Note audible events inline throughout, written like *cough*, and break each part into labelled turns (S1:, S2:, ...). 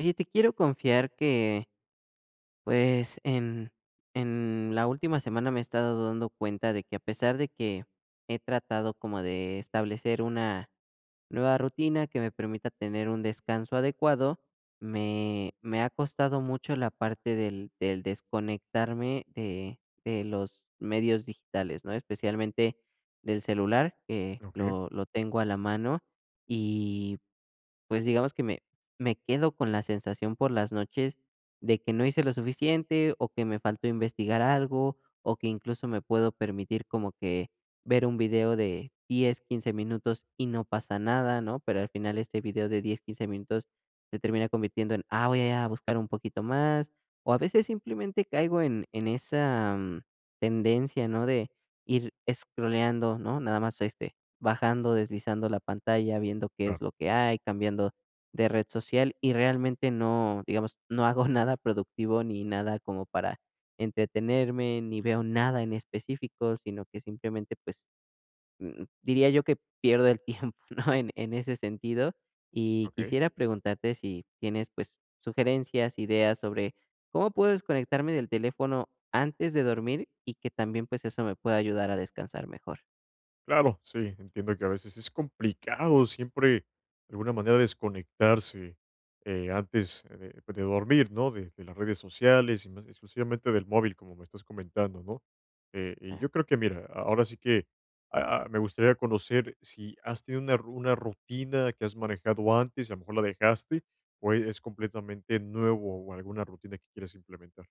S1: Oye, te quiero confiar que, pues, en la última semana me he estado dando cuenta de que a pesar de que he tratado como de establecer una nueva rutina que me permita tener un descanso adecuado, me ha costado mucho la parte del desconectarme de los medios digitales, ¿no? Especialmente del celular, que
S2: Okey,
S1: lo tengo a la mano. Pues digamos que me quedo con la sensación por las noches de que no hice lo suficiente, o que me faltó investigar algo, o que incluso me puedo permitir como que ver un video de 10-15 minutos y no pasa nada, ¿no? Pero al final este video de 10-15 minutos se termina convirtiendo en voy a buscar un poquito más, o a veces simplemente caigo en esa, tendencia, ¿no? De ir scrolleando, ¿no? Nada más, este, bajando, deslizando la pantalla, viendo qué es
S2: claro,
S1: lo que hay, cambiando de red social y realmente no, digamos, no hago *laughs* nada productivo ni nada como para entretenerme, ni veo nada en específico, sino que simplemente, pues, diría yo que pierdo el tiempo, *laughs* ¿no? En ese sentido. Y
S2: okey.
S1: quisiera preguntarte si tienes, pues, sugerencias, ideas sobre cómo puedo desconectarme del teléfono antes de dormir y que también, pues, eso me pueda ayudar a descansar mejor.
S2: Claro, sí, entiendo que a veces es complicado siempre, de alguna manera, desconectarse, antes, de pues, de dormir, ¿no? De las redes sociales y más exclusivamente del móvil, como me estás comentando, ¿no? Y
S1: Ah.
S2: yo creo que, mira, ahora sí que, me gustaría conocer si has tenido una ru una rutina que has manejado antes y a lo mejor la dejaste, o es completamente nuevo o alguna rutina que quieres implementar.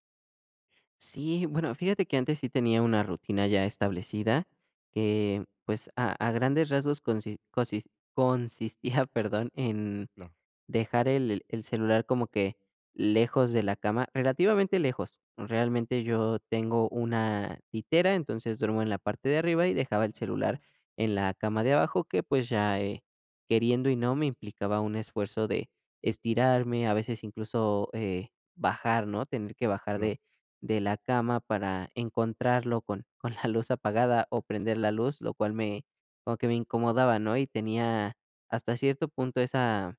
S1: Sí, bueno, fíjate que antes sí tenía una rutina ya establecida que, pues, a grandes rasgos consistía, *laughs* perdón, en
S2: Claro,
S1: dejar el celular como que lejos de la cama, relativamente lejos. Realmente yo tengo una litera, entonces duermo en la parte de arriba y dejaba el celular en la cama de abajo, que, pues, ya, queriendo y no, me implicaba un esfuerzo de estirarme, a veces incluso, bajar, ¿no? Tener que bajar
S2: claro,
S1: de la cama para encontrarlo con *laughs* con la luz apagada o prender la luz, lo cual me como que me incomodaba, ¿no? Y tenía hasta cierto punto esa,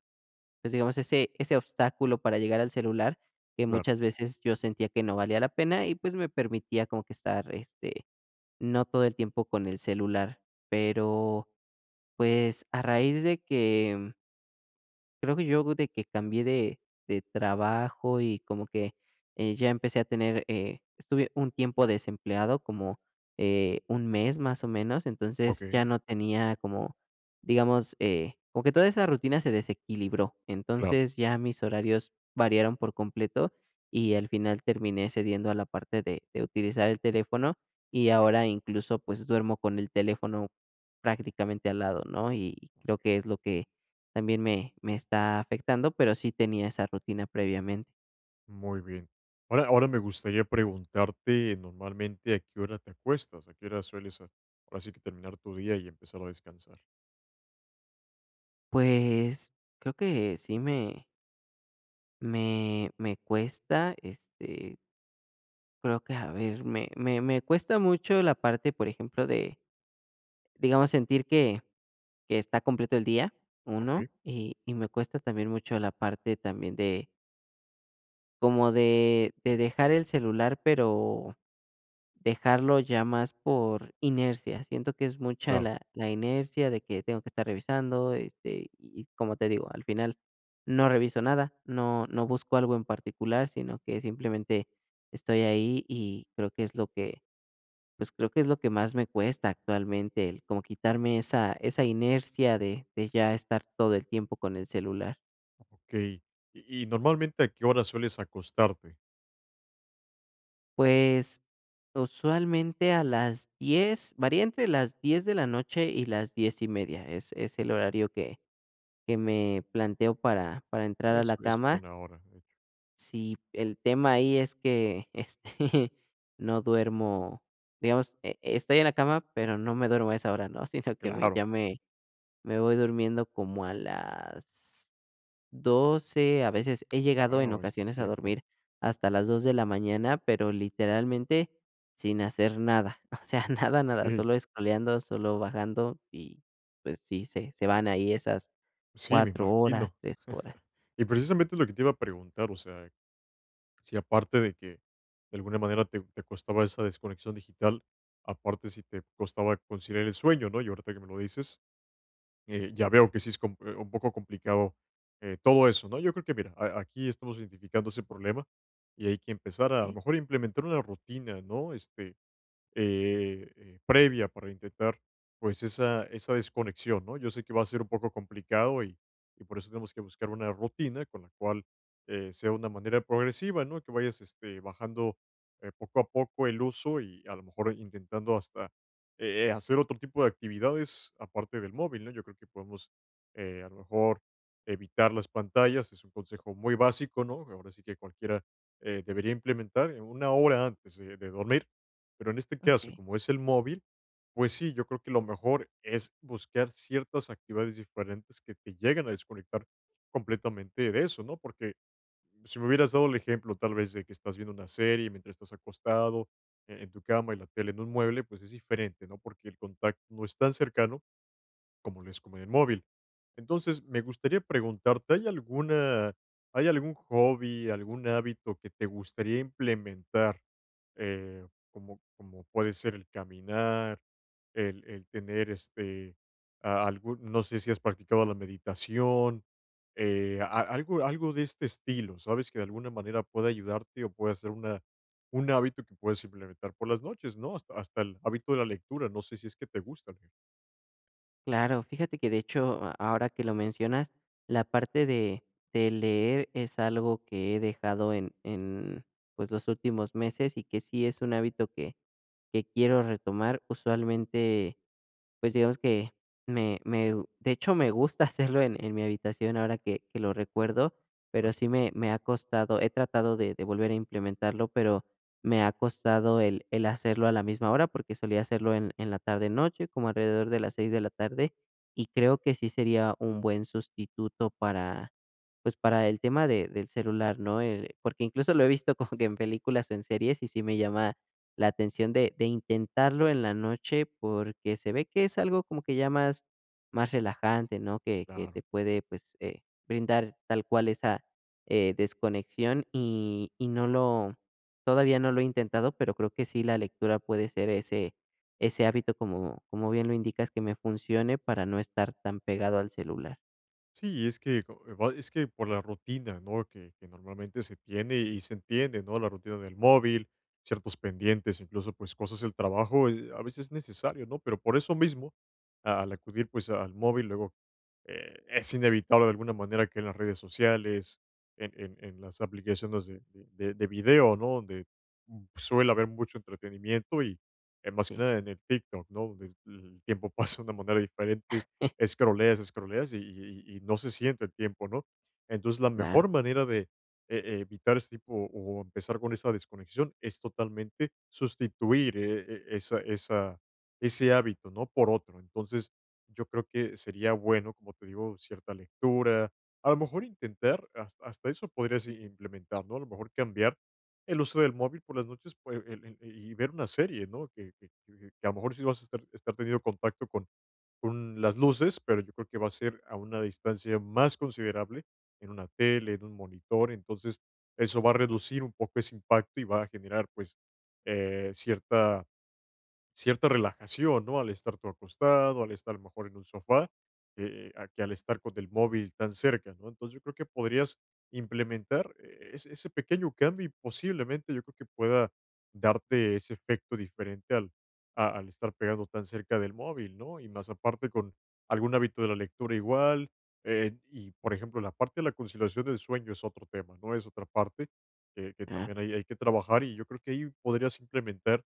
S1: pues, digamos, ese obstáculo para llegar al celular, que
S2: claro.
S1: muchas veces yo sentía que no valía la pena y, pues, me permitía como que estar, este, no todo el tiempo con el celular. Pero, pues, a raíz de que creo que yo de que cambié de trabajo y como que, ya empecé a tener, estuve un tiempo desempleado, como, un mes más o menos, entonces ya
S2: Okey,
S1: no tenía como, digamos, como que toda esa rutina se desequilibró.
S2: claro.
S1: Entonces ya mis horarios variaron por completo y al final terminé cediendo a la parte de utilizar el teléfono y ahora incluso, pues, duermo con el teléfono prácticamente al lado, ¿no? Y creo que es lo que también me está afectando, pero sí tenía esa rutina previamente.
S2: Muy bien. Ahora me gustaría preguntarte normalmente a qué hora te acuestas, a qué hora sueles ahora sí que terminar tu día y empezar a descansar.
S1: Pues, creo que sí me cuesta, este, creo que, a ver, me cuesta mucho la parte, por ejemplo, de, digamos, sentir que está completo el día,
S2: Ok,
S1: uno y me cuesta también mucho la parte también de como de dejar el celular, pero dejarlo ya más por inercia. Siento que es mucha
S2: claro.
S1: la inercia de que tengo que estar revisando, este, y como te digo, al final no reviso nada, no busco algo en particular, sino que simplemente estoy ahí y creo que es lo que, pues, creo que es lo que más me cuesta actualmente, el como quitarme esa inercia de ya estar todo el tiempo con el celular.
S2: Ok. Y normalmente a qué hora sueles acostarte.
S1: Pues, usualmente a las 10, varía entre las 10 de la noche y las 10:30, es el horario que me planteo para entrar a
S2: Es,
S1: la
S2: es
S1: cama.
S2: buena hora, de hecho.
S1: Si el tema ahí es que, *laughs* este, no duermo, digamos, e estoy en la cama, pero no me duermo a esa hora, ¿no? *laughs* Sino que me
S2: Claro,
S1: ya
S2: sí.
S1: me voy durmiendo como a las 12, a veces he llegado en
S2: Wow, es más
S1: ocasiones a
S2: tiempo.
S1: dormir hasta las 2 de la mañana, pero literalmente sin hacer nada, *laughs* o sea, nada, nada,
S2: Ok,
S1: solo escoleando, solo bajando y, pues sí, se van ahí esas
S2: sí, me
S1: 4 horas,
S2: imagino.
S1: 3 horas.
S2: Y precisamente es lo que te iba a preguntar, o sea, si aparte de que de alguna manera te costaba esa desconexión digital, aparte si te costaba conciliar el sueño, ¿no? Y ahorita que me lo dices, ya veo que sí es un poco complicado, todo eso, ¿no? Yo creo que, mira, aquí estamos identificando ese problema y hay que empezar a lo
S1: Okey,
S2: mejor a implementar una rutina, ¿no? Este, previa para intentar, pues, esa desconexión, ¿no? Yo sé que va a ser un poco complicado, y por eso tenemos que buscar una rutina con la cual sea una manera progresiva, ¿no? Que vayas este, bajando poco a poco el uso y a lo mejor intentando hasta hacer otro tipo de actividades aparte del móvil, ¿no? Yo creo que podemos, a lo mejor, evitar las pantallas, es un consejo muy básico, ¿no? Ahora sí que cualquiera debería implementar una hora antes de dormir, pero en este caso,
S1: okey.
S2: como es el móvil, pues sí, yo creo que lo mejor es buscar ciertas actividades diferentes que te lleguen a desconectar completamente de eso, ¿no? Porque si me hubieras dado el ejemplo tal vez de que estás viendo una serie mientras estás acostado, en tu cama, y la tele en un mueble, pues es diferente, ¿no? Porque el contacto no es tan cercano como en el móvil. Entonces, me gustaría preguntarte, ¿hay algún hobby, algún hábito que te gustaría implementar? Eh, como puede ser el caminar, el tener, este, a algún no sé si has practicado la meditación, a algo de este estilo, ¿sabes? Que de alguna manera pueda ayudarte o puede ser una un hábito que puedes implementar por las noches, ¿no? Hasta el hábito de la lectura, no sé si es que te gusta leer.
S1: Claro, fíjate que de hecho, a ahora que lo mencionas, la parte de leer es algo que he dejado pues, los últimos meses y que sí es un hábito que quiero retomar. Usualmente, pues, digamos que me me gu de hecho, me gusta *laughs* hacerlo en mi habitación ahora que lo recuerdo, pero
S2: Claro,
S1: sí me ha costado, he tratado de volver a implementarlo, pero me ha costado el hacerlo a la misma hora, porque solía hacerlo en la tarde-noche, como alrededor de las 6 de la tarde, y creo que sí sería un buen sustituto para, pues, para el tema de del celular, ¿no? El porque incluso lo he visto *laughs* como que en películas o en series, y sí me llama la atención de intentarlo en la noche, porque se ve que es algo como que ya más relajante, ¿no? Que te
S2: claro.
S1: puede, pues, brindar tal cual esa, desconexión y no lo todavía no lo he intentado, pero creo que sí la lectura puede ser ese hábito, como como bien lo indicas, que me funcione para no estar tan pegado al celular.
S2: Sí, es que co va es que por la rutina, ¿no?, que normalmente se tiene y se entiende, ¿no?, la rutina del móvil, ciertos pendientes, incluso, pues, cosas del trabajo, a veces es necesario, ¿no? Pero por eso mismo, a al acudir, pues, al móvil, luego, es inevitable de alguna manera que en las redes sociales, en las aplicaciones de video, ¿no?, donde suele haber mucho entretenimiento y, más que
S1: Sí,
S2: nada en el TikTok, ¿no?, donde el tiempo *laughs* pasa de una manera diferente.
S1: *laughs*
S2: Scrolleas, scrolleas, y no se siente el tiempo, ¿no? Entonces, la
S1: claro.
S2: mejor manera de evitar este tipo, o empezar con esa desconexión, es totalmente sustituir, esa esa ese hábito, ¿no? Por otro. Entonces, yo creo que sería bueno, como te digo, cierta lectura. A lo mejor intentar, hasta eso podrías i implementar, ¿no? A lo mejor cambiar el uso del móvil por las noches, pues, el y ver una serie, ¿no? Que a lo mejor si vas a estar teniendo contacto con las luces, pero yo creo que va a ser a una distancia más considerable, en una tele, en un monitor. Entonces eso va a reducir un poco ese impacto y va a generar, pues, eh, cierta cierta relajación, ¿no? Al estar tú acostado, al estar mejor en un sofá, a que al estar con el móvil tan cerca, ¿no? Entonces yo creo que podrías implementar, ese pequeño cambio, y posiblemente yo creo que pueda darte ese efecto diferente al, al estar pegando tan cerca del móvil, ¿no? Y más aparte con algún hábito de la lectura igual. Y por ejemplo, la parte de la conciliación del sueño es otro tema, ¿no? Es otra parte que
S1: Ah.
S2: también hay que trabajar, y yo creo que ahí podrías implementar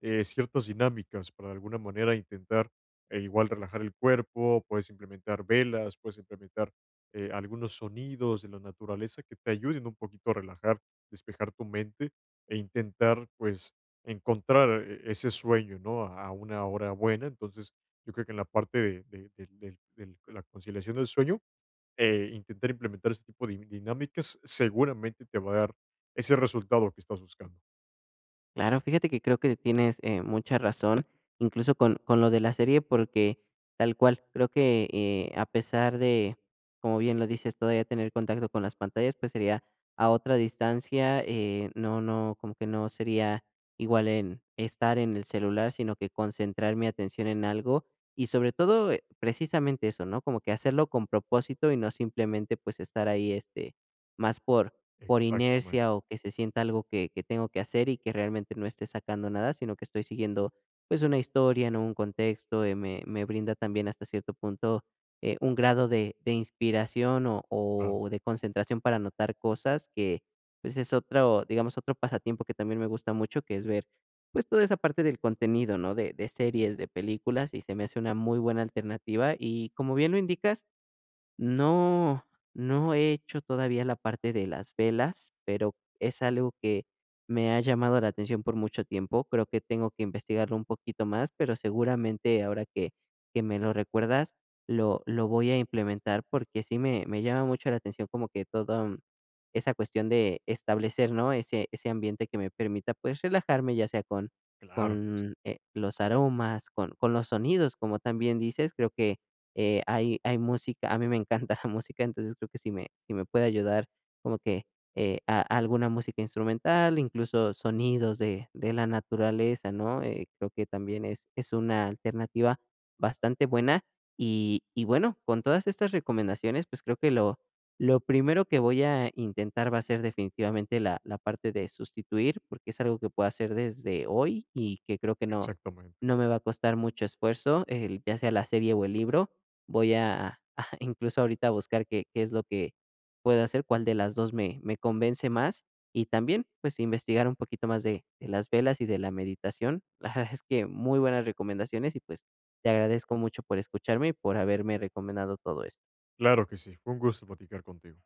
S2: ciertas dinámicas para, de alguna manera, intentar igual relajar el cuerpo. Puedes implementar velas, puedes implementar algunos sonidos de la naturaleza que te ayuden un poquito a relajar, despejar tu mente e intentar, pues, encontrar ese sueño, ¿no? A una hora buena. Entonces, yo creo que en la parte la conciliación del sueño, intentar implementar este tipo de dinámicas seguramente te va a dar ese resultado que estás buscando.
S1: Claro, fíjate que creo que tienes, mucha razón, incluso con lo de la serie, porque tal cual, creo que, a pesar de, como bien lo dices, todavía tener contacto con las pantallas, pues, sería a otra distancia, como que no sería igual en estar en el celular, sino que concentrar mi atención en algo y sobre todo, precisamente eso, ¿no? Como que hacerlo con propósito y no simplemente, pues, estar ahí, este, más por
S2: Exactamente,
S1: inercia o que se sienta algo que tengo que hacer y que realmente no esté sacando nada, sino que estoy siguiendo, pues, una historia, no, un contexto, me brinda también hasta cierto punto un grado de inspiración
S2: claro,
S1: o de concentración para anotar cosas que, pues, es otro, digamos, otro pasatiempo que también me gusta mucho, que es ver pues toda esa parte del contenido, ¿no? De series, de películas, y se me hace una muy buena alternativa y como bien lo indicas, no, no he hecho todavía la parte de las velas, pero es algo que me ha llamado la atención por mucho tiempo. Creo que tengo que investigarlo un poquito más, pero seguramente ahora que me lo recuerdas, lo voy a implementar porque sí me llama mucho la atención como que toda esa cuestión de establecer, ¿no? Ese ambiente que me permita pues relajarme, ya sea
S2: claro que sí.
S1: con los aromas, con los sonidos, como también dices, creo que hay música, a mí me encanta *laughs* la música, entonces creo que si me puede ayudar como que, a alguna música instrumental, incluso sonidos de la naturaleza, ¿no? Creo que también es una alternativa bastante buena. Y bueno, con todas estas recomendaciones, pues creo que lo primero que voy a intentar va a ser definitivamente la parte de sustituir, porque es algo que puedo hacer desde hoy y que creo que
S2: Exactamente.
S1: no me va a costar mucho esfuerzo, el ya sea la serie o el libro voy a *laughs* a incluso ahorita a buscar qué es lo que puedo hacer, cuál de las 2 me convence más, y también, pues, investigar un poquito más de las velas y de la meditación. *laughs* La verdad es que muy buenas recomendaciones y, pues, te agradezco mucho por escucharme y por haberme recomendado todo esto.
S2: Claro que sí. Fue un gusto platicar contigo.